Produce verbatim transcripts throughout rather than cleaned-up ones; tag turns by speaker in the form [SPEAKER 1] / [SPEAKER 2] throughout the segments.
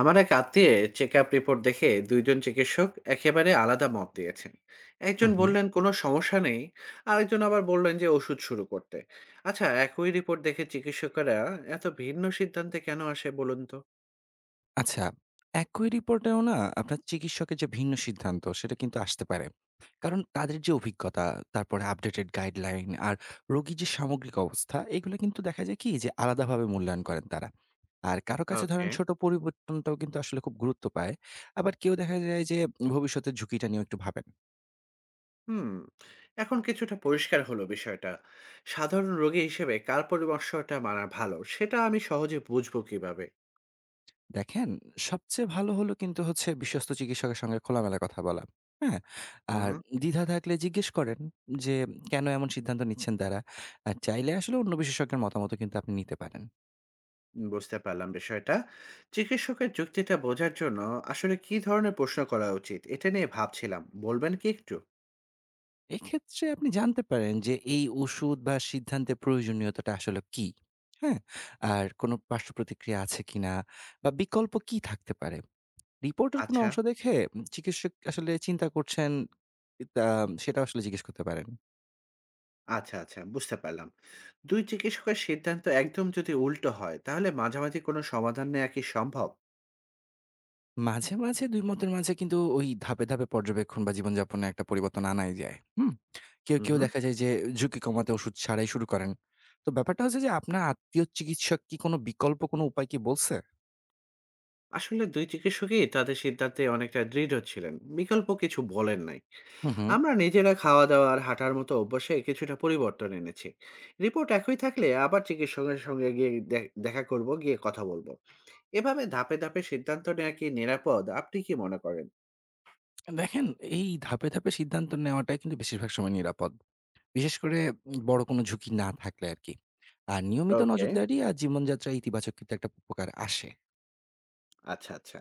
[SPEAKER 1] আমার এক আত্মীয় চেক আপ রিপোর্ট দেখে দুইজন চিকিৎসক একেবারে আলাদা মত দিয়েছেন। একজন
[SPEAKER 2] হুম, হুম।
[SPEAKER 1] বললেন কোনো সমস্যা নেই, আরেকজন আবার বললেন যে ওষুধ শুরু করতে। আচ্ছা, একই রিপোর্ট দেখে চিকিৎসকেরা এত ভিন্ন সিদ্ধান্তে কেন আসে বলুন তো?
[SPEAKER 2] আচ্ছা, একই রিপোর্টেও না আপনার চিকিৎসকের যে ভিন্ন সিদ্ধান্ত সেটা কিন্তু আসতে পারে। কারণ তাদের যে অভিজ্ঞতা, তারপরে আপডেটেড গাইডলাইন আর রোগীর যে সামগ্রিক অবস্থা এগুলো কিন্তু দেখা যায় কি যে আলাদাভাবে মূল্যায়ন করেন তারা। আর কারো কাছে ধরেন
[SPEAKER 1] ওকে।
[SPEAKER 2] ছোট পরিবর্তনটাও কিন্তু আসলে খুব গুরুত্ব পায়। আবার কেউ দেখা যায় যে ভবিষ্যতের ঝুঁকিটা নিয়েও একটু ভাবেন।
[SPEAKER 1] হুম। এখন কিছুটা পরিষ্কার হলো বিষয়টা। সাধারণ রোগী হিসেবে কার পরামর্শটা মানা ভালো সেটা আমি সহজে বুঝবো কিভাবে?
[SPEAKER 2] দেখেন, সবচেয়ে ভালো হলো কিন্তু হচ্ছে বিশ্বস্ত চিকিৎসকের সঙ্গে খোলামেলা কথা বলা। হ্যাঁ? আর
[SPEAKER 1] হুম।
[SPEAKER 2] দ্বিধা থাকলে জিজ্ঞেস করেন যে কেন এমন সিদ্ধান্ত নিচ্ছেন তারা। আর চাইলে আসলে অন্য বিশেষজ্ঞের মতামতও কিন্তু আপনি নিতে পারেন।
[SPEAKER 1] বুঝতে পারলাম বিষয়টা। চিকিৎসকের যুক্তিটা বোঝার জন্য আসলে কী ধরনের প্রশ্ন করা উচিত? এটা নিয়ে ভাবছিলাম। বলবেন কি একটু?
[SPEAKER 2] এক্ষেত্রে আপনি জানতে পারেন যে এই ওষুধ বা সিদ্ধান্তের প্রয়োজনীয়তাটা আসলে কী? হ্যাঁ? আর কোনো পার্শ্বপ্রতিক্রিয়া আছে কিনা বা বিকল্প কি থাকতে পারে? রিপোর্টের কোনো
[SPEAKER 1] আচ্ছা,
[SPEAKER 2] অংশ দেখে চিকিৎসক আসলে চিন্তা করছেন তা সেটাও আসলে জিজ্ঞেস করতে পারেন।
[SPEAKER 1] আচ্ছা, আচ্ছা, বুঝতে পারলাম। দুই চিকিৎসকের সিদ্ধান্ত একদম যদি উল্টো হয় তাহলে মাঝামাঝি কোনো সমাধান নেয়া কি সম্ভব?
[SPEAKER 2] মাঝে, মাঝে দুই মতের মাঝে কিন্তু ওই ধাপে, ধাপে পর্যবেক্ষণ বা জীবনযাপনে একটা পরিবর্তন আনাই যায়। হুম? কেউ,
[SPEAKER 1] হুম,
[SPEAKER 2] কেউ
[SPEAKER 1] হুম।
[SPEAKER 2] দেখা যায় যে ঝুঁকি কমাতে ওষুধ ছাড়াই শুরু করেন। তো ব্যাপারটা হচ্ছে যে আপনার আত্মীয় চিকিৎসক কি কোনো বিকল্প কোনো উপায় কি বলছে?
[SPEAKER 1] আসলে দুই চিকিৎসকই তাদের সিদ্ধান্তে অনেকটা দৃঢ় ছিলেন। বিকল্প কিছু বলেন নাই।
[SPEAKER 2] হুম, হুম।
[SPEAKER 1] আমরা নিজেরা খাওয়া-দাওয়া আর হাঁটার মতো অভ্যাসে কিছুটা পরিবর্তন এনেছি। রিপোর্ট একই থাকলে আবার চিকিৎসকের সঙ্গে গিয়ে দে দেখা করব, গিয়ে কথা বলব। এভাবে ধাপে, ধাপে সিদ্ধান্ত নেওয়া কি নিরাপদ? আপনি কি মনে করেন?
[SPEAKER 2] দেখেন এই ধাপে, ধাপে সিদ্ধান্ত নেওয়াটাই কিন্তু বেশিরভাগ সময় নিরাপদ। বিশেষ করে উম বড় কোনো ঝুঁকি না থাকলে আরকি। আর নিয়মিত
[SPEAKER 1] ওকে।
[SPEAKER 2] নজরদারি আর জীবনযাত্রায় ইতিবাচক কিন্তু একটা উপকার আসে।
[SPEAKER 1] আচ্ছা, আচ্ছা।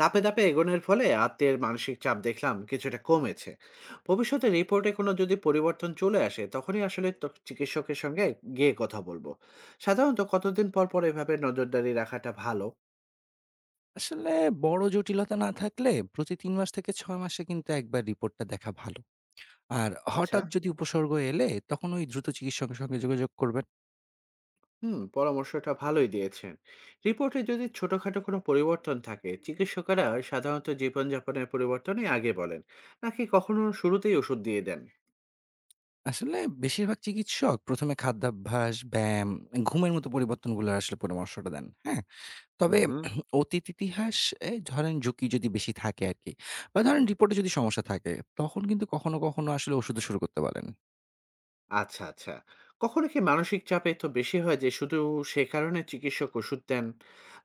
[SPEAKER 1] ধাপে, ধাপে এগোনোর ফলে আত্মের মানসিক চাপ দেখলাম কিছুটা কমেছে। ভবিষ্যতে রিপোর্টে কোনো যদি পরিবর্তন চলে আসে, তখনই আসলে ত চিকিৎসকের সঙ্গে গিয়ে কথা বলবো। সাধারণত কতদিন পর, পর এভাবে নজরদারি রাখাটা ভালো?
[SPEAKER 2] আসলে বড় জটিলতা না থাকলে প্রতি তিন মাস থেকে ছয় মাসে কিন্তু একবার রিপোর্টটা দেখা ভালো। আর
[SPEAKER 1] আচ্ছা।
[SPEAKER 2] হঠাৎ যদি উপসর্গ এলে তখন ওই দ্রুত চিকিৎসকের সঙ্গে যোগাযোগ করবেন।
[SPEAKER 1] হুম, পরামর্শটা ভালোই দিয়েছেন। রিপোর্টে যদি ছোটখাটো কোনো পরিবর্তন থাকে, চিকিৎসকেরা সাধারণত জীবনযাপনের পরিবর্তনই আগে বলেন, নাকি কখনো শুরুতেই ওষুধ দিয়ে দেন?
[SPEAKER 2] আসলে বেশিরভাগ চিকিৎসক প্রথম এ খাদ্যাভ্যাস, ব্যায়াম, ঘুমের মতো পরিবর্তনগুলোর আসলে পরামর্শটা দেন। হ্যাঁ? তবে
[SPEAKER 1] হুম, হুম।
[SPEAKER 2] অতীত ইতিহাস এ ধরেন ঝুঁকি যদি বেশি থাকে আরকি বা ধরেন রিপোর্টে যদি সমস্যা থাকে, তখন কিন্তু কখনো, কখনো আসলে ওষুধও শুরু করতে বলেন।
[SPEAKER 1] আচ্ছা, আচ্ছা। কখনো কি মানসিক চাপে তো বেশি হয় যে শুধু সে কারণে চিকিৎসক ওষুধ দেন?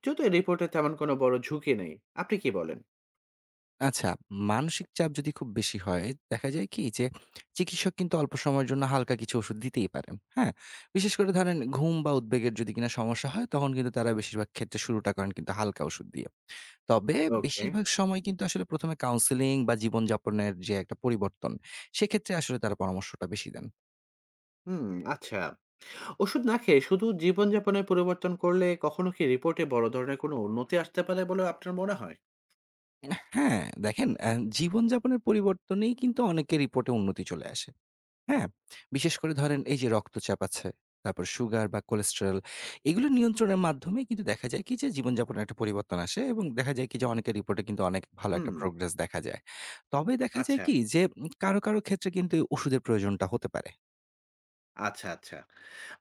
[SPEAKER 1] যদিও রিপোর্টে তেমন কোনো বড় ঝুঁকি নেই। আপনি কি বলেন?
[SPEAKER 2] আচ্ছা, মানসিক চাপ যদি খুব বেশি হয়, দেখা যায় কি যে চিকিৎসক কিন্তু অল্প সময়ের জন্য হালকা কিছু ওষুধ দিতেই পারেন। হ্যাঁ? বিশেষ করে ধরেন ঘুম বা উদ্বেগের যদি কিনা সমস্যা হয়, তখন কিন্তু তারা বেশিরভাগ ক্ষেত্রে শুরুটা করেন কিন্তু হালকা ওষুধ দিয়ে। তবে
[SPEAKER 1] ওকে।
[SPEAKER 2] বেশিরভাগ সময় কিন্তু আসলে প্রথম এ কাউন্সেলিং বা জীবনযাপনের যে একটা পরিবর্তন, সেক্ষেত্রে আসলে তারা পরামর্শটা বেশি দেন।
[SPEAKER 1] হুম, আচ্ছা। ওষুধ না খেয়ে শুধু জীবনযাপনে পরিবর্তন করলে কখনো কি রিপোর্টে বড় ধরনের কোনো উন্নতি আসতে পারে বলে আপনার মনে হয়?
[SPEAKER 2] হ্যাঁ, দেখেন অ্যা জীবনযাপনের পরিবর্তনেই কিন্তু অনেকের রিপোর্টে উন্নতি চলে আসে। হ্যাঁ, বিশেষ করে ধরেন এই যে রক্তচাপ আছে, তারপর সুগার বা কোলেস্টেরল এগুলো নিয়ন্ত্রণের মাধ্যমে কিন্তু দেখা যায় কি যে জীবনযাপনে একটা পরিবর্তন আসে এবং দেখা যায় কি যে অনেকের রিপোর্টে কিন্তু অনেক ভালো একটা
[SPEAKER 1] হুম,
[SPEAKER 2] প্রোগ্রেস দেখা যায়। তবে দেখা যায়
[SPEAKER 1] আচ্ছা,
[SPEAKER 2] কি যে উম কারো, কারো ক্ষেত্রে কিন্তু এই ওষুধের প্রয়োজনটা হতে পারে।
[SPEAKER 1] আচ্ছা, আচ্ছা।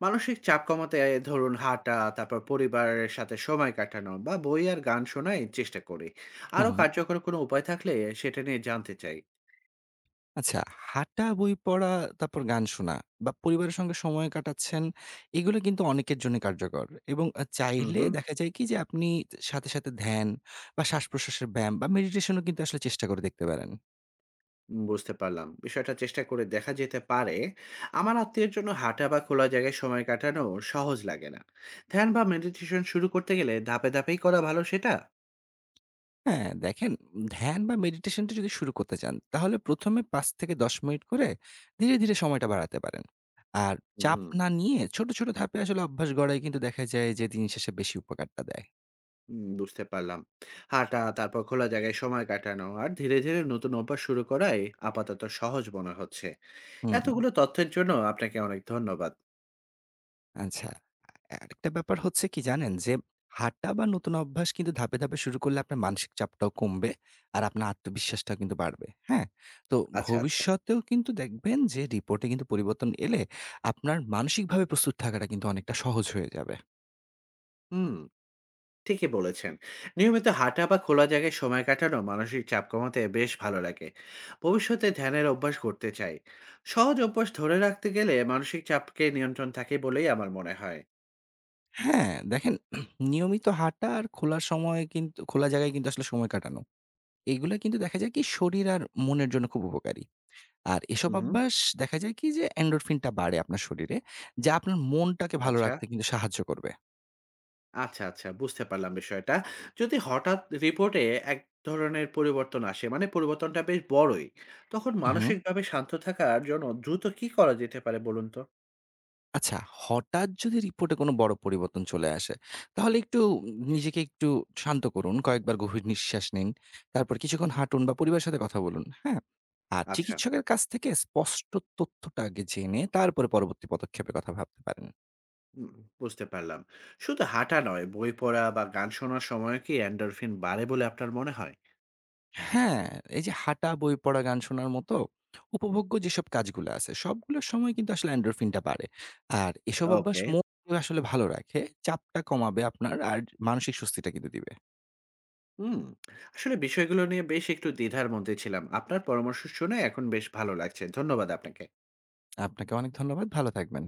[SPEAKER 1] মানসিক চাপ কমাতে ধরুন হাঁটা, তারপর পরিবারের সাথে সময় কাটানো বা বই আর গান শোনাই চেষ্টা করি।
[SPEAKER 2] হুম,
[SPEAKER 1] আরো
[SPEAKER 2] হুম।
[SPEAKER 1] কার্যকর কোনো উপায় থাকলে সেটা নিয়ে জানতে চাই।
[SPEAKER 2] আচ্ছা হাঁটা, বই পড়া, তারপর গান শোনা বা পরিবারের সঙ্গে সময় কাটাচ্ছেন এগুলো কিন্তু অনেকের জন্য কার্যকর এবং আ
[SPEAKER 1] হুম,
[SPEAKER 2] চাইলে
[SPEAKER 1] হুম।
[SPEAKER 2] দেখা যায় কি যে আপনি সাথে, সাথে ধ্যান বা শ্বাসপ্রশ্বাসের ব্যায়াম বা মেডিটেশন ও কিন্তু আসলে চেষ্টা করে দেখতে পারেন।
[SPEAKER 1] উম বুঝতে পারলাম। বিষয়টা চেষ্টা করে দেখা যেতে পারে। আমার আত্মীয়ের জন্য হাঁটা বা খোলা জায়গায় সময় কাটানো সহজ লাগে না। ধ্যান বা মেডিটেশন শুরু করতে গেলে ধাপে ধাপেই করা ভালো সেটা?
[SPEAKER 2] হ্যাঁ, দেখেন ধ্যান বা মেডিটেশনটা যদি শুরু করতে চান, তাহলে প্রথম এ পাঁচ থেকে দশ মিনিট করে ধীরে, ধীরে সময়টা বাড়াতে পারেন। আর চাপ
[SPEAKER 1] হুম।
[SPEAKER 2] না নিয়ে ছোট, ছোট ধাপে আসলে অভ্যাস গড়াই কিন্তু দেখা যায় যে দিন শেষে বেশি উপকারটা দেয়।
[SPEAKER 1] উম বুঝতে পারলাম। হাঁটা, তারপর খোলা জায়গায় সময় কাটানো আর ধীরে, ধীরে নতুন অভ্যাস শুরু করাই আপাতত সহজ মনে হচ্ছে।
[SPEAKER 2] হুম,
[SPEAKER 1] এতগুলো তথ্যের জন্য আপনাকে অনেক ধন্যবাদ।
[SPEAKER 2] আচ্ছা। আরেকটা ব্যাপার হচ্ছে কি জানেন? যে হাঁটা বা নতুন অভ্যাস কিন্তু ধাপে, ধাপে শুরু করলে আপনার মানসিক চাপটাও কমবে। আর আপনার আত্মবিশ্বাসটাও কিন্তু বাড়বে। হ্যাঁ? তো
[SPEAKER 1] আচ্ছা, আচ্ছা।
[SPEAKER 2] ভবিষ্যতেও কিন্তু দেখবেন যে রিপোর্টে কিন্তু পরিবর্তন এলে আপনার মানসিকভাবে প্রস্তুত থাকাটা কিন্তু অনেকটা সহজ হয়ে যাবে।
[SPEAKER 1] হুম। ঠিকই বলেছেন। নিয়মিত হাঁটা বা খোলা জায়গায় সময় কাটানো মানসিক চাপ কমাতে বেশ ভালো লাগে। ভবিষ্যতে ধ্যানের অভ্যাস করতে চাই। সহজ অভ্যাস ধরে রাখতে গেলে মানসিক চাপকে নিয়ন্ত্রণ থাকে বলেই আমার মনে হয়।
[SPEAKER 2] হ্যাঁ, দেখেন নিয়মিত হাঁটা আর খোলা সময় কিন্তু খোলা জায়গায় কিন্তু আসলে সময় কাটানো। এগুলা কিন্তু দেখা যায় কি শরীর আর মনের জন্য খুব উপকারী। আর এসব
[SPEAKER 1] হু, হুম।
[SPEAKER 2] অভ্যাস দেখা যায় কি যে এন্ডোরফিন টা বাড়ে আপনার শরীরে, যা আপনার মনটাকে ভালো
[SPEAKER 1] আচ্ছা,
[SPEAKER 2] রাখতে কিন্তু সাহায্য করবে।
[SPEAKER 1] আচ্ছা, আচ্ছা, বুঝতে পারলাম বিষয়টা। যদি হঠাৎ রিপোর্টে এক ধরনের পরিবর্তন আসে, মানে পরিবর্তনটা বেশ বড়ই, তখন
[SPEAKER 2] উহু।
[SPEAKER 1] মানসিকভাবে শান্ত থাকার জন্য দ্রুত কী করা যেতে পারে বলুন তো?
[SPEAKER 2] আচ্ছা, হঠাৎ যদি রিপোর্টে কোনো বড় পরিবর্তন চলে আসে, তাহলে একটু নিজেকে একটু শান্ত করুন। কয়েকবার গভীর নিঃশ্বাস নিন। তারপর কিছুক্ষণ হাঁটুন বা পরিবারের সাথে কথা বলুন। হ্যাঁ? আর
[SPEAKER 1] আচ্ছা।
[SPEAKER 2] চিকিৎসকের কাছ থেকে স্পষ্ট তথ্যটা আগে জেনে তারপরে পরবর্তী পদক্ষেপের কথা ভাবতে পারেন।
[SPEAKER 1] হুম, বুঝতে পারলাম। শুধু হাঁটা নয়, বই পড়া বা গান শোনার সময়ও কি এন্ডরফিন বাড়ে বলে আপনার মনে হয়?
[SPEAKER 2] হ্যাঁ, এই যে হাঁটা, বই পড়া, গান শোনার মতো উপভোগ্য যেসব কাজগুলো আছে, সবগুলোর সময় কিন্তু আসলে এন্ডোরফিনটা বাড়ে। আর এসব অভ্যাস
[SPEAKER 1] ওকে।
[SPEAKER 2] মনকে আসলে ভালো রাখে, চাপটা কমাবে আপনার আর মানসিক স্বস্তিটা কিন্তু দিবে।
[SPEAKER 1] হুম। আসলে বিষয়গুলো নিয়ে বেশ একটু দ্বিধার মধ্যে ছিলাম। আপনার পরামর্শ শুনে এখন বেশ ভালো লাগছে। ধন্যবাদ আপনাকে।
[SPEAKER 2] আপনাকে অনেক ধন্যবাদ। ভালো থাকবেন।